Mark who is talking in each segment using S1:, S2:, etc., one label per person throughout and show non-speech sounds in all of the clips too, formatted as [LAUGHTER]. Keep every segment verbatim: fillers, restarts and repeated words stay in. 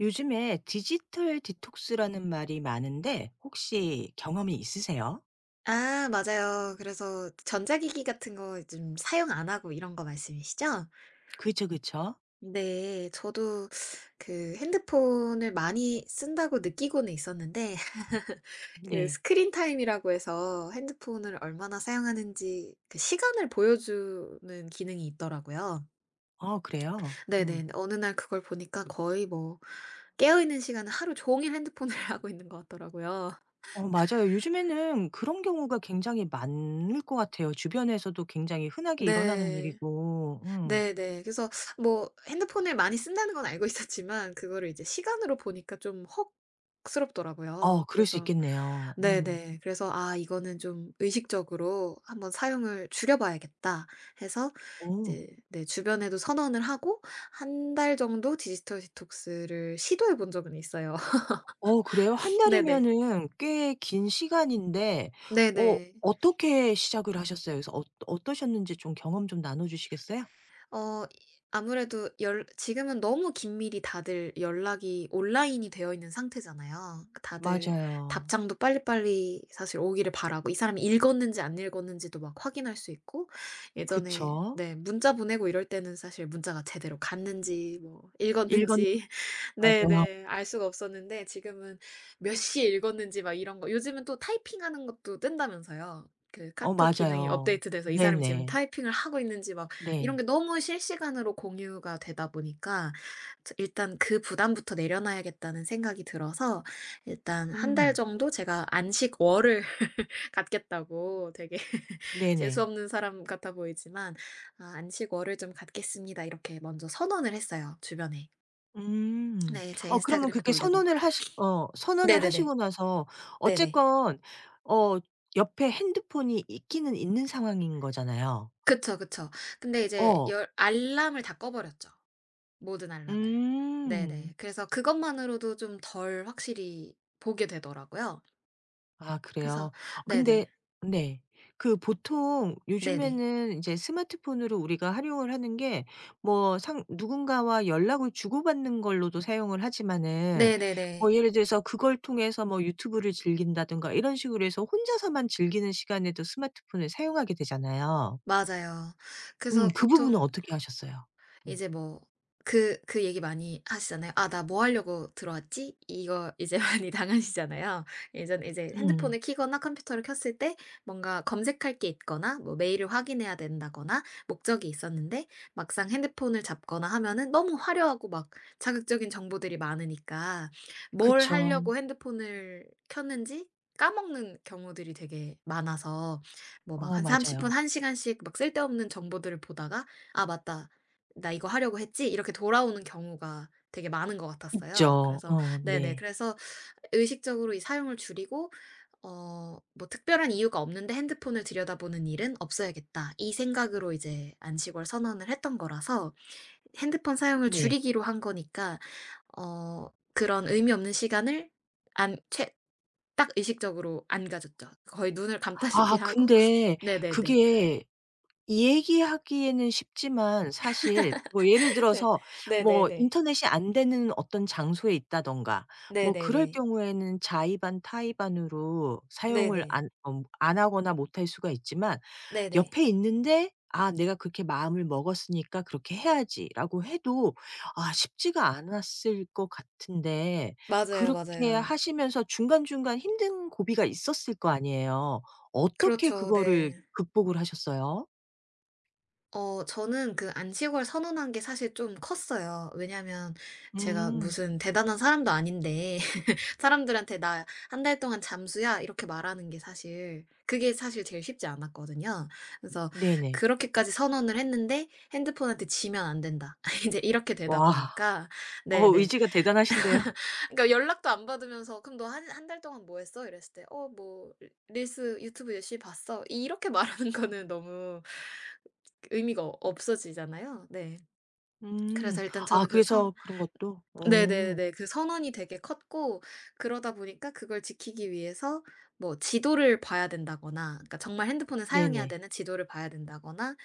S1: 요즘에 디지털 디톡스라는 말이 많은데 혹시 경험이 있으세요?
S2: 아 맞아요. 그래서 전자기기 같은 거 좀 사용 안 하고 이런 거 말씀이시죠?
S1: 그쵸, 그쵸.
S2: 네. 저도 그 핸드폰을 많이 쓴다고 느끼고는 있었는데 [LAUGHS] 그
S1: 네.
S2: 스크린 타임이라고 해서 핸드폰을 얼마나 사용하는지 그 시간을 보여주는 기능이 있더라고요.
S1: 아 그래요? 음.
S2: 네네. 어느 날 그걸 보니까 거의 뭐 깨어 있는 시간은 하루 종일 핸드폰을 [LAUGHS] 하고 있는 것 같더라고요.
S1: 어 맞아요. 요즘에는 그런 경우가 굉장히 많을 것 같아요. 주변에서도 굉장히 흔하게 일어나는
S2: 네.
S1: 일이고. 음.
S2: 네네. 그래서 뭐 핸드폰을 많이 쓴다는 건 알고 [LAUGHS] 있었지만 그거를 이제 시간으로 보니까 좀 헉스럽더라고요.
S1: 어 그럴 수
S2: 그래서
S1: 있겠네요. 음.
S2: 네네. 그래서 '아 이거는 좀 의식적으로 한번 사용을 줄여 봐야겠다.' 해서
S1: 어.
S2: 이제 네 주변에도 선언을 하고 한 달 정도 디지털 디톡스를 시도해 본 적은 있어요. [LAUGHS]
S1: 어 그래요? 한
S2: 네네.
S1: 달이면은 꽤 긴 시간인데 어
S2: 네네.
S1: 어떻게 시작을 하셨어요? 그래서 어 어떠셨는지 좀 경험 좀 나눠 주시겠어요?
S2: 어 이 아무래도 연 지금은 너무 긴밀히 다들 연락이 온라인이 되어 있는 상태잖아요. 그 다들
S1: 맞아요.
S2: 답장도 빨리빨리 사실 오기를 바라고 이 사람이 읽었는지 안 읽었는지도 막 확인할 수 있고 예전에
S1: 그쵸.
S2: 네 문자 보내고 이럴 때는 사실 문자가 제대로 갔는지 뭐
S1: 읽었
S2: 읽었는지 [LAUGHS]
S1: 맞아요.
S2: 네네 알 수가 없었는데 지금은 몇 시에 읽었는지 막 이런 거 요즘은 또 타이핑하는 것도 뜬다면서요. 그
S1: 어
S2: 카톡 기능이
S1: 맞아요.
S2: 업데이트돼서 이 사람이 지금
S1: 네네.
S2: 타이핑을 하고 있는지 막 이런 게
S1: 네.
S2: 너무 실시간으로 공유가 되다 보니까 저 일단 '그 부담부터 내려놔야겠다.'는 생각이 들어서 일단 한 달
S1: 음.
S2: 정도 제가 안식월을 [LAUGHS] 갖겠다고 되게 [LAUGHS] 재수
S1: 네네.
S2: 없는 사람 같아 보이지만 "아 안식월을 좀 갖겠습니다." 이렇게 먼저 선언을 했어요, 주변에.
S1: 음.
S2: 네 제
S1: 어 그러면
S2: 인스타그램에도
S1: 그렇게
S2: 올리고.
S1: 선언을 하시 어 선언을
S2: 네네네.
S1: 하시고 나서
S2: 네네.
S1: 어쨌건 어 옆에 핸드폰이 있기는 있는 상황인 거잖아요.
S2: 그쵸, 그쵸. 근데 이제
S1: 어.
S2: 열 알람을 다 꺼 버렸죠. 모든 알람을.
S1: 음.
S2: 네네. 그래서 그것만으로도 좀 덜 확실히 보게 되더라고요.
S1: 아
S2: 그래서
S1: 그래요? 어,
S2: 네네.
S1: 근데 네. 그 보통
S2: 네네.
S1: 요즘에는 이제 스마트폰으로 우리가 활용을 하는 게 뭐 상 누군가와 연락을 주고받는 걸로도 사용을 하지만은 뭐
S2: 네네네.
S1: 예를 들어서 그걸 통해서 뭐 유튜브를 즐긴다든가 이런 식으로 해서 혼자서만 즐기는 시간에도 스마트폰을 사용하게 되잖아요.
S2: 맞아요.
S1: 음,
S2: 그래서
S1: 그 부분은
S2: 보통
S1: 어떻게 하셨어요? 음.
S2: 이제 뭐 그 그 얘기 많이 하시잖아요. "아 나 뭐 하려고 들어왔지?" 이거 이제 [LAUGHS] 많이 당하시잖아요. 예전에 이제
S1: 음.
S2: 핸드폰을 키거나 컴퓨터를 켰을 때 뭔가 검색할 게 있거나 뭐 메일을 확인해야 된다거나 목적이 있었는데 막상 핸드폰을 잡거나 하면은 너무 화려하고 막 자극적인 정보들이 많으니까 뭘
S1: 그쵸.
S2: 하려고 핸드폰을 켰는지 까먹는 경우들이 되게 많아서 뭐 막
S1: 어
S2: 한 30 분,
S1: 맞아요.
S2: 한 시간씩 막 쓸데없는 정보들을 보다가 '아 맞다. "나 이거 하려고 했지?" 이렇게 돌아오는 경우가 되게 많은 것 같았어요.
S1: 있죠.
S2: 그래서
S1: 어
S2: 네네
S1: 네.
S2: 그래서 의식적으로 이 사용을 줄이고 어 뭐 '특별한 이유가 없는데 핸드폰을 들여다보는 일은 없어야겠다.' 이 생각으로 이제 안식월 선언을 했던 거라서 핸드폰 사용을
S1: 네.
S2: 줄이기로 한 거니까 어 그런 의미 없는 시간을 안 최 딱 의식적으로 안 가졌죠. 거의 눈을 감다시피
S1: 아
S2: 하고
S1: 근데
S2: [LAUGHS] 네네네.
S1: 그게 얘기하기에는 쉽지만 사실 뭐 예를
S2: 네.
S1: 들어서 뭐
S2: 네네네.
S1: 인터넷이 안 되는 어떤 장소에 있다든가 뭐 그럴
S2: 네네네.
S1: 경우에는 자의반 타의반으로 사용을
S2: 네네.
S1: 안 어 안 하거나 못할 수가 있지만
S2: 네네. 네네.
S1: 옆에 있는데 '아 내가 그렇게 마음을 먹었으니까 그렇게 해야지.'라고 해도 아 쉽지가 않았을 것 같은데
S2: 맞아요,
S1: 그렇게
S2: 맞아요.
S1: 하시면서 중간중간 힘든 고비가 있었을 거 아니에요. 어떻게
S2: 그렇죠.
S1: 그거를
S2: 네.
S1: 극복을 하셨어요?
S2: 어 저는 그 안식월 선언한 게 사실 좀 컸어요. 왜냐면 제가
S1: 음.
S2: 무슨 대단한 사람도 아닌데 [LAUGHS] 사람들한테 "나 한 달 동안 잠수야." 이렇게 말하는 게 사실 그게 사실 제일 쉽지 않았거든요. 그래서
S1: 네네.
S2: 그렇게까지 선언을 했는데 "핸드폰한테 지면 안 된다." [LAUGHS] 이제 이렇게 되다
S1: 와.
S2: 보니까
S1: 어
S2: 네네.
S1: 의지가 대단하신데요.
S2: 그러니까 연락도 안 받으면서 "그럼 너 한 한 달 동안 뭐 했어?" 이랬을 때 "어 뭐 리 릴스 유튜브 열심히 봤어." 이렇게 [LAUGHS] 말하는 거는 너무 의미가 없어지잖아요. 네.
S1: 음.
S2: 그래서 일단
S1: 아
S2: 저는 그선
S1: 그래서 그런 것도? 어.
S2: 네네네. 그 선언이 되게 컸고 그러다 보니까 그걸 지키기 위해서 뭐 지도를 봐야 된다거나 그러니까 정말 핸드폰을 사용해야
S1: 네네.
S2: 되는 지도를 봐야 된다거나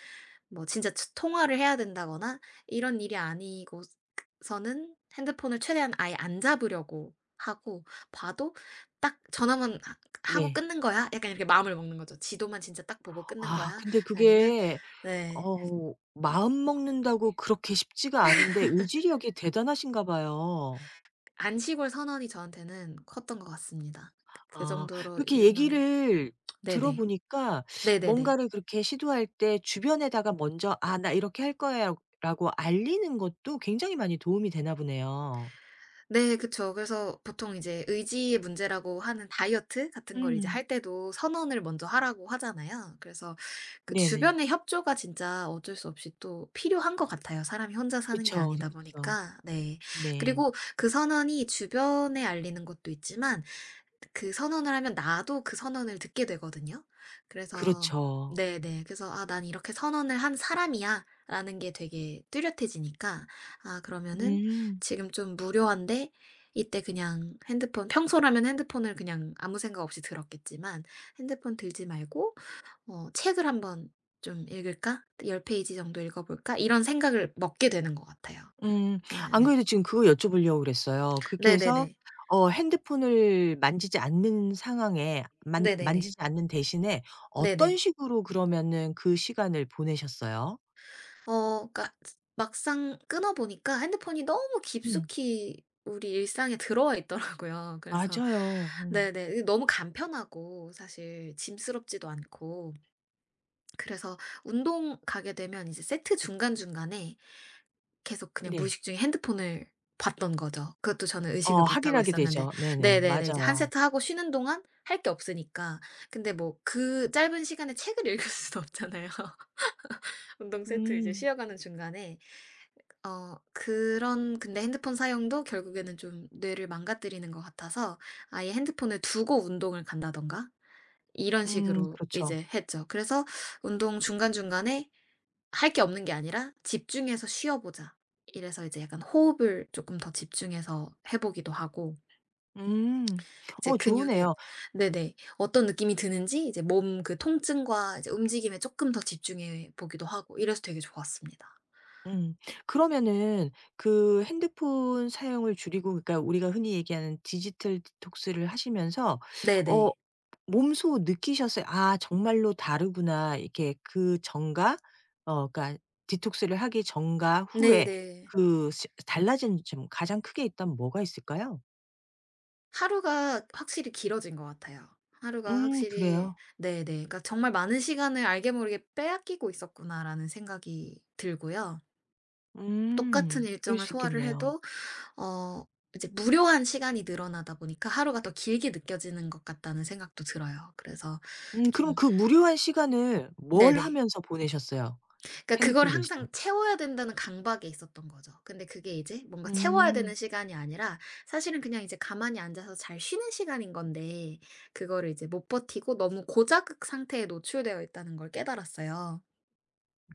S2: 뭐 진짜 치- 통화를 해야 된다거나 이런 일이 아니고서는 핸드폰을 최대한 아예 안 잡으려고 하고 봐도 딱 전화만 하- 하고
S1: 네.
S2: 끊는 거야? 약간 이렇게 마음을 먹는 거죠. 지도만 진짜 딱 보고 끊는
S1: 아
S2: 거야?
S1: 근데
S2: 아니면
S1: 그게
S2: 네.
S1: 어 마음 먹는다고 그렇게 쉽지가 않은데 의지력이 대단하신가 봐요.
S2: 안식월 선언이 저한테는 컸던 것 같습니다. 그 그
S1: 아
S2: 정도로
S1: 그렇게
S2: 유난
S1: 얘기를
S2: 네네.
S1: 들어보니까
S2: 네네네.
S1: 뭔가를 그렇게 시도할 때 주변에다가 먼저 "아 나 이렇게 할 거야." 라고 알리는 것도 굉장히 많이 도움이 되나 보네요.
S2: 네 그쵸. 그래서 보통 이제 의지의 문제라고 하는 다이어트 같은 걸 이제
S1: 음.
S2: 할 때도 선언을 먼저 하라고 하잖아요. 그래서 그
S1: 네네.
S2: 주변의 협조가 진짜 어쩔 수 없이 또 필요한 것 같아요, 사람이 혼자 사는 게
S1: 그쵸,
S2: 아니다
S1: 그쵸.
S2: 보니까. 네.
S1: 네.
S2: 그리고 그 선언이 주변에 알리는 것도 있지만 그 선언을 하면 나도 그 선언을 듣게 되거든요. 그래서
S1: 그렇죠.
S2: 네네. 그래서 '아 난 이렇게 선언을 한 사람이야.'라는 게 되게 뚜렷해지니까 아 그러면은
S1: 음.
S2: 지금 좀 무료한데 이때 그냥 핸드폰 평소라면 핸드폰을 그냥 아무 생각 없이 들었겠지만 '핸드폰 들지 말고 어 책을 한번 좀 읽을까? 10 페이지 정도 읽어 볼까?' 이런 생각을 먹게 되는 것 같아요.
S1: 음. 안
S2: 예네.
S1: 그래도 지금 그거 여쭤보려고 그랬어요. 그렇게 해서
S2: 네네네.
S1: 어 핸드폰을 만지지 않는 상황에 만
S2: 네네네.
S1: 만지지 않는 대신에
S2: 네네.
S1: 어떤 식으로 그러면은 그 시간을 보내셨어요?
S2: 어 그러니까 막상 끊어 보니까 핸드폰이 너무
S1: 음.
S2: 깊숙이 우리 일상에 들어와 있더라고요. [LAUGHS] 그래서
S1: 맞아요. 어.
S2: 네네. 너무 간편하고 사실 짐스럽지도 않고 그래서 운동 가게 되면 이제 세트 중간중간에 계속 그냥
S1: 네.
S2: 무의식 중에 핸드폰을 봤던 거죠. 그것도 저는 의식을
S1: 어
S2: 못 하고
S1: 확인하게
S2: 있었는데
S1: 되죠. 네네.
S2: 네네네. 이제 한
S1: 맞아요.
S2: 세트 하고 쉬는 동안 할 게 없으니까. 근데 뭐 그 짧은 시간에 책을 읽을 수는 없잖아요. [LAUGHS] 운동 세트 이제
S1: 음.
S2: 쉬어가는 중간에. 어 그런 근데 핸드폰 사용도 결국에는 좀 뇌를 망가뜨리는 것 같아서 아예 핸드폰을 두고 운동을 간다든가 이런
S1: 음.
S2: 식으로
S1: 그렇죠.
S2: 이제 했죠. 그래서 운동 중간중간에 할 게 없는 게 아니라 '집중해서 쉬어 보자.' 이래서 이제 약간 호흡을 조금 더 집중해서 해 보기도 하고
S1: 음.
S2: 이제
S1: 어
S2: 근육이
S1: 좋으네요.
S2: 네네. 어떤 느낌이 드는지 이제 몸 그 통증과 이제 움직임에 조금 더 집중해 보기도 하고 이래서 되게 좋았습니다.
S1: 음. 그러면은 그 핸드폰 사용을 줄이고 그러니까 우리가 흔히 얘기하는 디지털 디톡스를 하시면서 어
S2: 네네.
S1: 몸소 느끼셨어요? '아 정말로 다르구나.' 이렇게 그 전과 어 그러니까 디톡스를 하기 전과 후에
S2: 네네.
S1: 그 시 달라진 점 가장 크게 있다면 뭐가 있을까요?
S2: 하루가 확실히 길어진 것 같아요. 하루가
S1: 음,
S2: 확실히
S1: 그래요?
S2: 네네. 그러니까 정말 '많은 시간을 알게 모르게 빼앗기고 있었구나.'라는 생각이 들고요. 똑같은
S1: 음. 그럴
S2: 일정을
S1: 수
S2: 소화를
S1: 있겠네요.
S2: 해도 어 이제 무료한 시간이 늘어나다 보니까 하루가 더 길게 느껴지는 것 같다는 생각도 들어요. 그래서
S1: 음, 그럼
S2: 좀
S1: 그 무료한 시간을 뭘
S2: 네네.
S1: 하면서 보내셨어요?
S2: 그러니까 그걸
S1: 핸드폰 대신에?
S2: 항상 채워야 된다는 강박에 있었던 거죠. 근데 그게 이제 뭔가 채워야
S1: 음.
S2: 되는 시간이 아니라 사실은 그냥 이제 가만히 앉아서 잘 쉬는 시간인 건데 그거를 이제 못 버티고 너무 고자극 상태에 노출되어 있다는 걸 깨달았어요.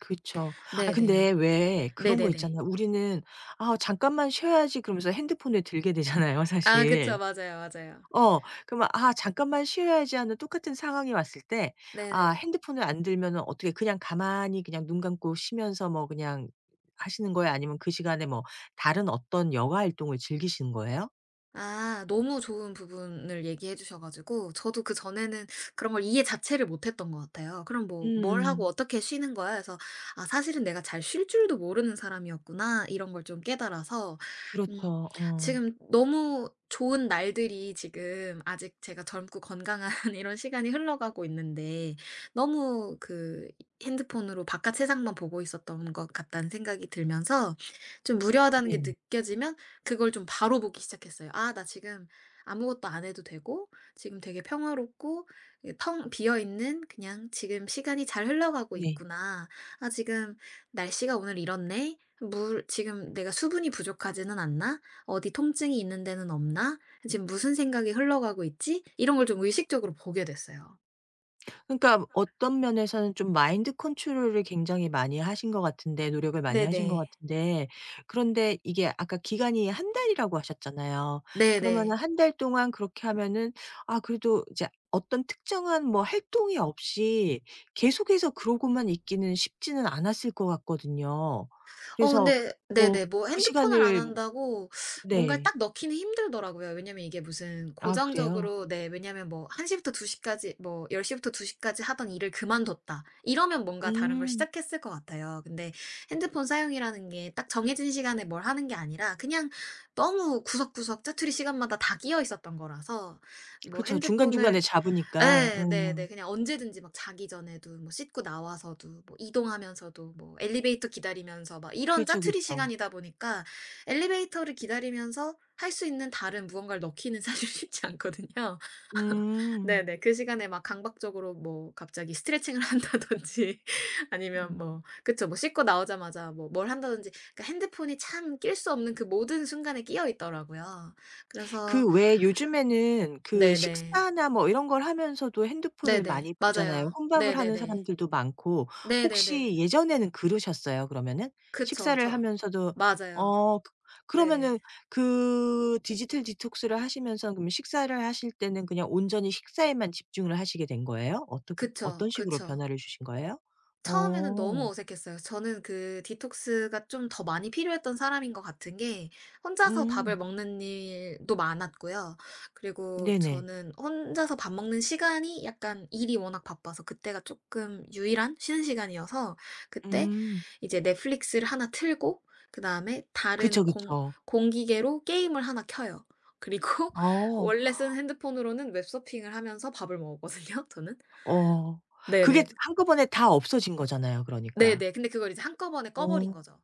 S1: 그쵸. 아 근데
S2: 네네.
S1: 왜 그런 거
S2: 네네네.
S1: 있잖아요. 우리는 '아 잠깐만 쉬어야지.' 그러면서 핸드폰을 들게 되잖아요
S2: 아 그쵸.
S1: 사실.
S2: 맞아요, 맞아요.
S1: 어. 그러면 '아 잠깐만 쉬어야지.' 하는 똑같은 상황이 왔을 때 아
S2: 네네.
S1: 핸드폰을 안 들면은 어떻게 그냥 가만히 그냥 눈 감고 쉬면서 뭐 그냥 하시는 거예요? 아니면 그 시간에 뭐 다른 어떤 여가 활동을 즐기시는 거예요?
S2: 아 너무 좋은 부분을 얘기해 주셔 가지고 저도 그전에는 그런 걸 이해 자체를 못 했던 것 같아요. 그럼 뭐 "뭘 하고
S1: 음음.
S2: 어떻게 쉬는 거야?" 그래서 '아 사실은 내가 잘 쉴 줄도 모르는 사람이었구나.' 이런 걸 좀 깨달아서 음
S1: 그렇죠. 어.
S2: 지금 너무 좋은 날들이 지금 아직 제가 젊고 건강한 [LAUGHS] 이런 시간이 흘러가고 있는데 너무 그 핸드폰으로 바깥 세상만 보고 있었던 것 같다는 생각이 들면서 좀 무료하다는 게
S1: 네네.
S2: 느껴지면 그걸 좀 바로 보기 시작했어요. '아 나 지금 아무것도 안 해도 되고 지금 되게 평화롭고 이 텅 비어 있는 그냥 지금 시간이 잘 흘러가고
S1: 네.
S2: 있구나. 아 지금 날씨가 오늘 이렇네. 물 지금 내가 수분이 부족하지는 않나? 어디 통증이 있는 데는 없나? 지금 무슨 생각이 흘러가고 있지?' 이런 걸 좀 의식적으로 보게 됐어요.
S1: 그러니까 어떤 면에서는 좀 마인드 컨트롤을 굉장히 많이 하신 것 같은데 노력을 많이 하신 것
S2: 네네.
S1: 같은데 그런데 이게 아까 기간이 한 달이라고 하셨잖아요. 그러면은
S2: 네네.
S1: 한 달 동안 그렇게 하면은 아 그래도 이제 어떤 특정한 뭐 활동이 없이 계속해서 그러고만 있기는 쉽지는 않았을 것 같거든요.
S2: 어
S1: 그래서
S2: 근데
S1: 뭐
S2: 네네. 뭐
S1: 그
S2: 핸드폰을 안
S1: 시간을
S2: 한다고 뭔가를
S1: 네.
S2: 딱 넣기는 힘들더라고요. 왜냐면 이게 무슨
S1: 아 그래요?
S2: 고정적으로 네 왜냐면 뭐 1 시부터 2 시까지 뭐 10 시부터 2 시까지 하던 일을 그만뒀다 이러면 뭔가 다른 걸
S1: 음.
S2: 시작했을 것 같아요. 근데 핸드폰 사용이라는 게 딱 정해진 시간에 뭘 하는 게 아니라 그냥 너무 구석구석 짜투리 시간마다 다 끼어 있었던 거라서 뭐
S1: 그쵸.
S2: 핸드폰을
S1: 중간중간에 잡으니까.
S2: 예.
S1: 음.
S2: 네네. 그냥 언제든지 막 자기 전에도 뭐 씻고 나와서도 뭐 이동하면서도 뭐 엘리베이터 기다리면서 막 이런
S1: 그쵸,
S2: 짜투리
S1: 그쵸.
S2: 시간이다 보니까 엘리베이터를 기다리면서 할 수 있는 다른 무언가를 넣기는 [LAUGHS] 사실 쉽지 않거든요. [LAUGHS]
S1: 음.
S2: 네네. 그 시간에 막 강박적으로 뭐 갑자기 스트레칭을 한다든지 [LAUGHS] 아니면
S1: 음.
S2: 뭐 그쵸. 뭐 씻고 나오자마자 뭐 뭘 한다든지 그러니까 핸드폰이 참 낄 수 없는 그 모든 순간에 끼어 있더라고요. 그래서
S1: 그 왜 요즘에는 그
S2: 네네.
S1: 식사나 뭐 이런 걸 하면서도 핸드폰을
S2: 네네.
S1: 많이 보잖아요.
S2: 맞아요.
S1: 혼밥을 하는
S2: 네네네.
S1: 사람들도 많고
S2: 네네네.
S1: 혹시 예전에는 그러셨어요 그러면은?
S2: 그쵸.
S1: 식사를
S2: 저
S1: 하면서도
S2: 맞아요.
S1: 어 그
S2: 네네.
S1: 그러면은 그 디지털 디톡스를 하시면서 그럼 식사를 하실 때는 그냥 온전히 식사에만 집중을 하시게 된 거예요? 어떻게
S2: 그쵸,
S1: 어떤 식으로
S2: 그쵸.
S1: 변화를 주신 거예요?
S2: 처음에는 너무
S1: 어.
S2: 어색했어요. 저는 그 디톡스가 좀 더 많이 필요했던 사람인 것 같은 게 혼자서 밥을
S1: 음.
S2: 먹는 일도 많았고요. 그리고
S1: 네네.
S2: 저는 혼자서 밥 먹는 시간이 약간 일이 워낙 바빠서 그때가 조금 유일한 쉬는 시간이어서 그때
S1: 음.
S2: 이제 넷플릭스를 하나 틀고 그다음에 다른
S1: 그쵸,
S2: 공
S1: 그쵸.
S2: 공기계로 게임을 하나 켜요. 그리고 [LAUGHS]
S1: 어.
S2: 원래 쓴 핸드폰으로는 웹서핑을 하면서 밥을 먹었거든요, 저는.
S1: 어. 그게
S2: 네네.
S1: 한꺼번에 다 없어진 거잖아요 그러니까.
S2: 네네. 근데 그걸 이제 한꺼번에 꺼 버린
S1: 어.
S2: 거죠.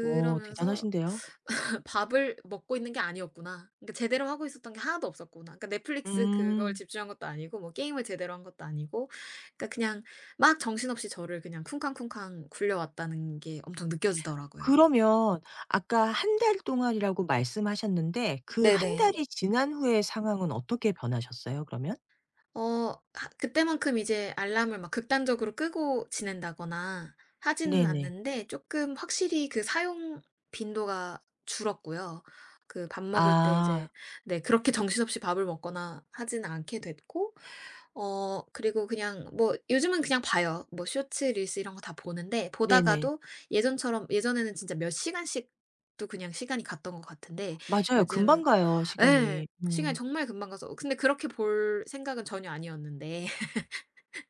S1: 어 대단하신데요.
S2: [LAUGHS] '밥을 먹고 있는 게 아니었구나. 그러니까 제대로 하고 있었던 게 하나도 없었구나.' 그러니까 넷플릭스 그걸
S1: 음.
S2: 집중한 것도 아니고 뭐 게임을 제대로 한 것도 아니고 그러니까 그냥 막 정신없이 저를 그냥 쿵쾅쿵쾅 굴려왔다는 게 엄청 느껴지더라고요.
S1: 그러면 아까 한 달 동안이라고 말씀하셨는데 그 한
S2: 네네.
S1: 달이 지난 후의 상황은 어떻게 변하셨어요 그러면?
S2: 어 하 그때만큼 이제 알람을 막 극단적으로 끄고 지낸다거나 하지는
S1: 네네.
S2: 않는데 조금 확실히 그 사용 빈도가 줄었고요. 그 밥 먹을 때
S1: 아
S2: 이제 네 그렇게 정신없이 밥을 먹거나 하지는 않게 됐고 어 그리고 그냥 뭐 요즘은 그냥 봐요. 뭐 쇼츠, 릴스 이런 거 다 보는데
S1: 네네.
S2: 보다가도 예전처럼 예전에는 진짜 몇 시간씩도 그냥 시간이 갔던 것 같은데
S1: 맞아요. 금방
S2: 요즘
S1: 가요
S2: 예.
S1: 시간이.
S2: 시간이
S1: 음.
S2: 정말 금방 가서 근데 그렇게 볼 생각은 전혀 아니었는데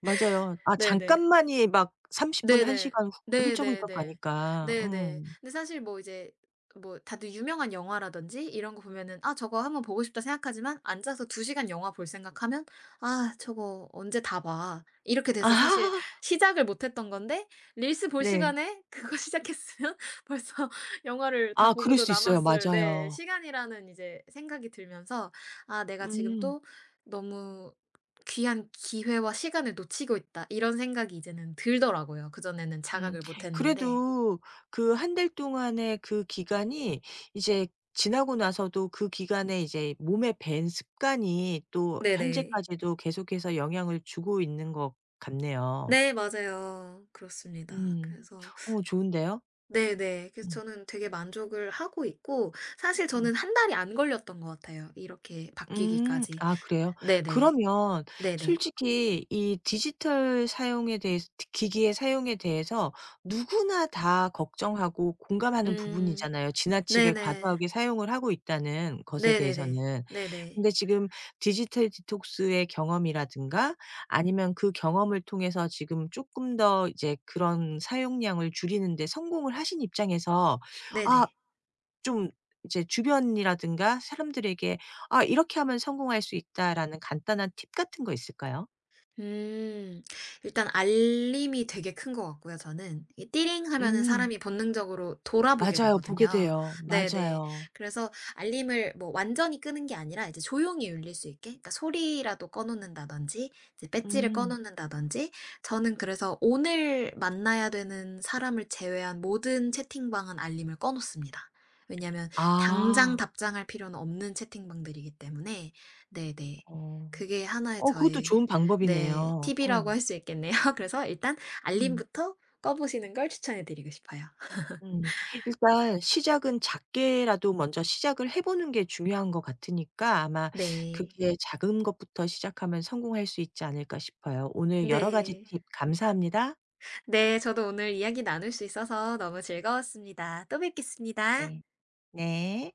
S1: 맞아요. 아
S2: 네네.
S1: 잠깐만이 막 삼십 분, 한
S2: 네네.
S1: 시간 훌 훌쩍훌쩍
S2: 네네네.
S1: 가니까.
S2: 네네.
S1: 음.
S2: 근데 사실 뭐 이제 뭐 다들 유명한 영화라든지 이런 거 보면은 '아 저거 한번 보고 싶다.' 생각하지만 앉아서 두 시간 영화 볼 생각하면 '아 저거 언제 다 봐.' 이렇게 돼서 사실
S1: 아
S2: 시작을 못 했던 건데 릴스 볼
S1: 네.
S2: 시간에 [LAUGHS] 그거 시작했으면 벌써 영화를 다
S1: 아 그럴
S2: 보고도
S1: 수 있어요.
S2: 남았을 네
S1: 맞아요.
S2: 시간이라는 이제 생각이 들면서 '아 내가 지금
S1: 음.
S2: 또 너무 '귀한 기회와 시간을 놓치고 있다.' 이런 생각이 이제는 들더라고요. 그전에는
S1: 음.
S2: 자각을 못 했는데.
S1: 그래도 그 한 달 동안의 그 기간이 이제 지나고 나서도 그 기간에 이제 몸에 밴 습관이 또
S2: 네네.
S1: 현재까지도 계속해서 영향을 주고 있는 것 같네요.
S2: 네 맞아요. 그렇습니다.
S1: 음.
S2: 그래서
S1: 어 좋은데요?
S2: 네네. 그래서
S1: 음.
S2: 저는 되게 만족을 하고 있고 사실 저는 한 달이 안 걸렸던 것 같아요, 이렇게
S1: 음.
S2: 바뀌기까지.
S1: 아 그래요?
S2: 네네.
S1: 그러면
S2: 네네.
S1: 솔직히 이 디지털 사용에 대해서 기 기기의 사용에 대해서 누구나 다 걱정하고 공감하는
S2: 음.
S1: 부분이잖아요, 지나치게
S2: 네네.
S1: 과도하게 사용을 하고 있다는 것에
S2: 네네네.
S1: 대해서는.
S2: 네네.
S1: 근데 지금 디지털 디톡스의 경험이라든가 아니면 그 경험을 통해서 지금 조금 더 이제 그런 사용량을 줄이는 데 성공을 하신 입장에서 아
S2: 네네.
S1: 좀 이제 주변이라든가 사람들에게 '아 이렇게 하면 성공할 수 있다.'라는 간단한 팁 같은 거 있을까요?
S2: 음. 일단 알림이 되게 큰 것 같고요 저는. 이 띠링 하면은
S1: 음.
S2: 사람이 본능적으로 돌아보게
S1: 맞아요. 보게
S2: 되거든요.
S1: 돼요.
S2: 네네.
S1: 맞아요.
S2: 그래서 알림을 뭐 완전히 끄는 게 아니라 이제 조용히 울릴 수 있게 그러니까 소리라도 꺼 놓는다든지 이제 배지를 꺼
S1: 음.
S2: 놓는다든지 저는 그래서 오늘 만나야 되는 사람을 제외한 모든 채팅방은 알림을 꺼 놓습니다. 왜냐면 당장
S1: 아.
S2: 답장할 필요는 없는 채팅방들이기 때문에 네네.
S1: 어.
S2: 그게 하나의
S1: 어 그것도
S2: 저의
S1: 좋은
S2: 네.
S1: 방법이네요. 어.
S2: 팁이라고 할 수 있겠네요. [LAUGHS] 그래서 일단
S1: 음.
S2: 알림부터 꺼 보시는 걸 추천해 드리고 싶어요. [LAUGHS]
S1: 음. 일단 시작은 작게라도 먼저 시작을 해 보는 게 중요한 것 같으니까 아마
S2: 네.
S1: 그게 작은 것부터 시작하면 성공할 수 있지 않을까 싶어요. 오늘 여러 가지
S2: 네.
S1: 팁 감사합니다.
S2: 네. 저도 오늘 이야기 나눌 수 있어서 너무 즐거웠습니다. 또
S1: 네.
S2: 뵙겠습니다.
S1: 네.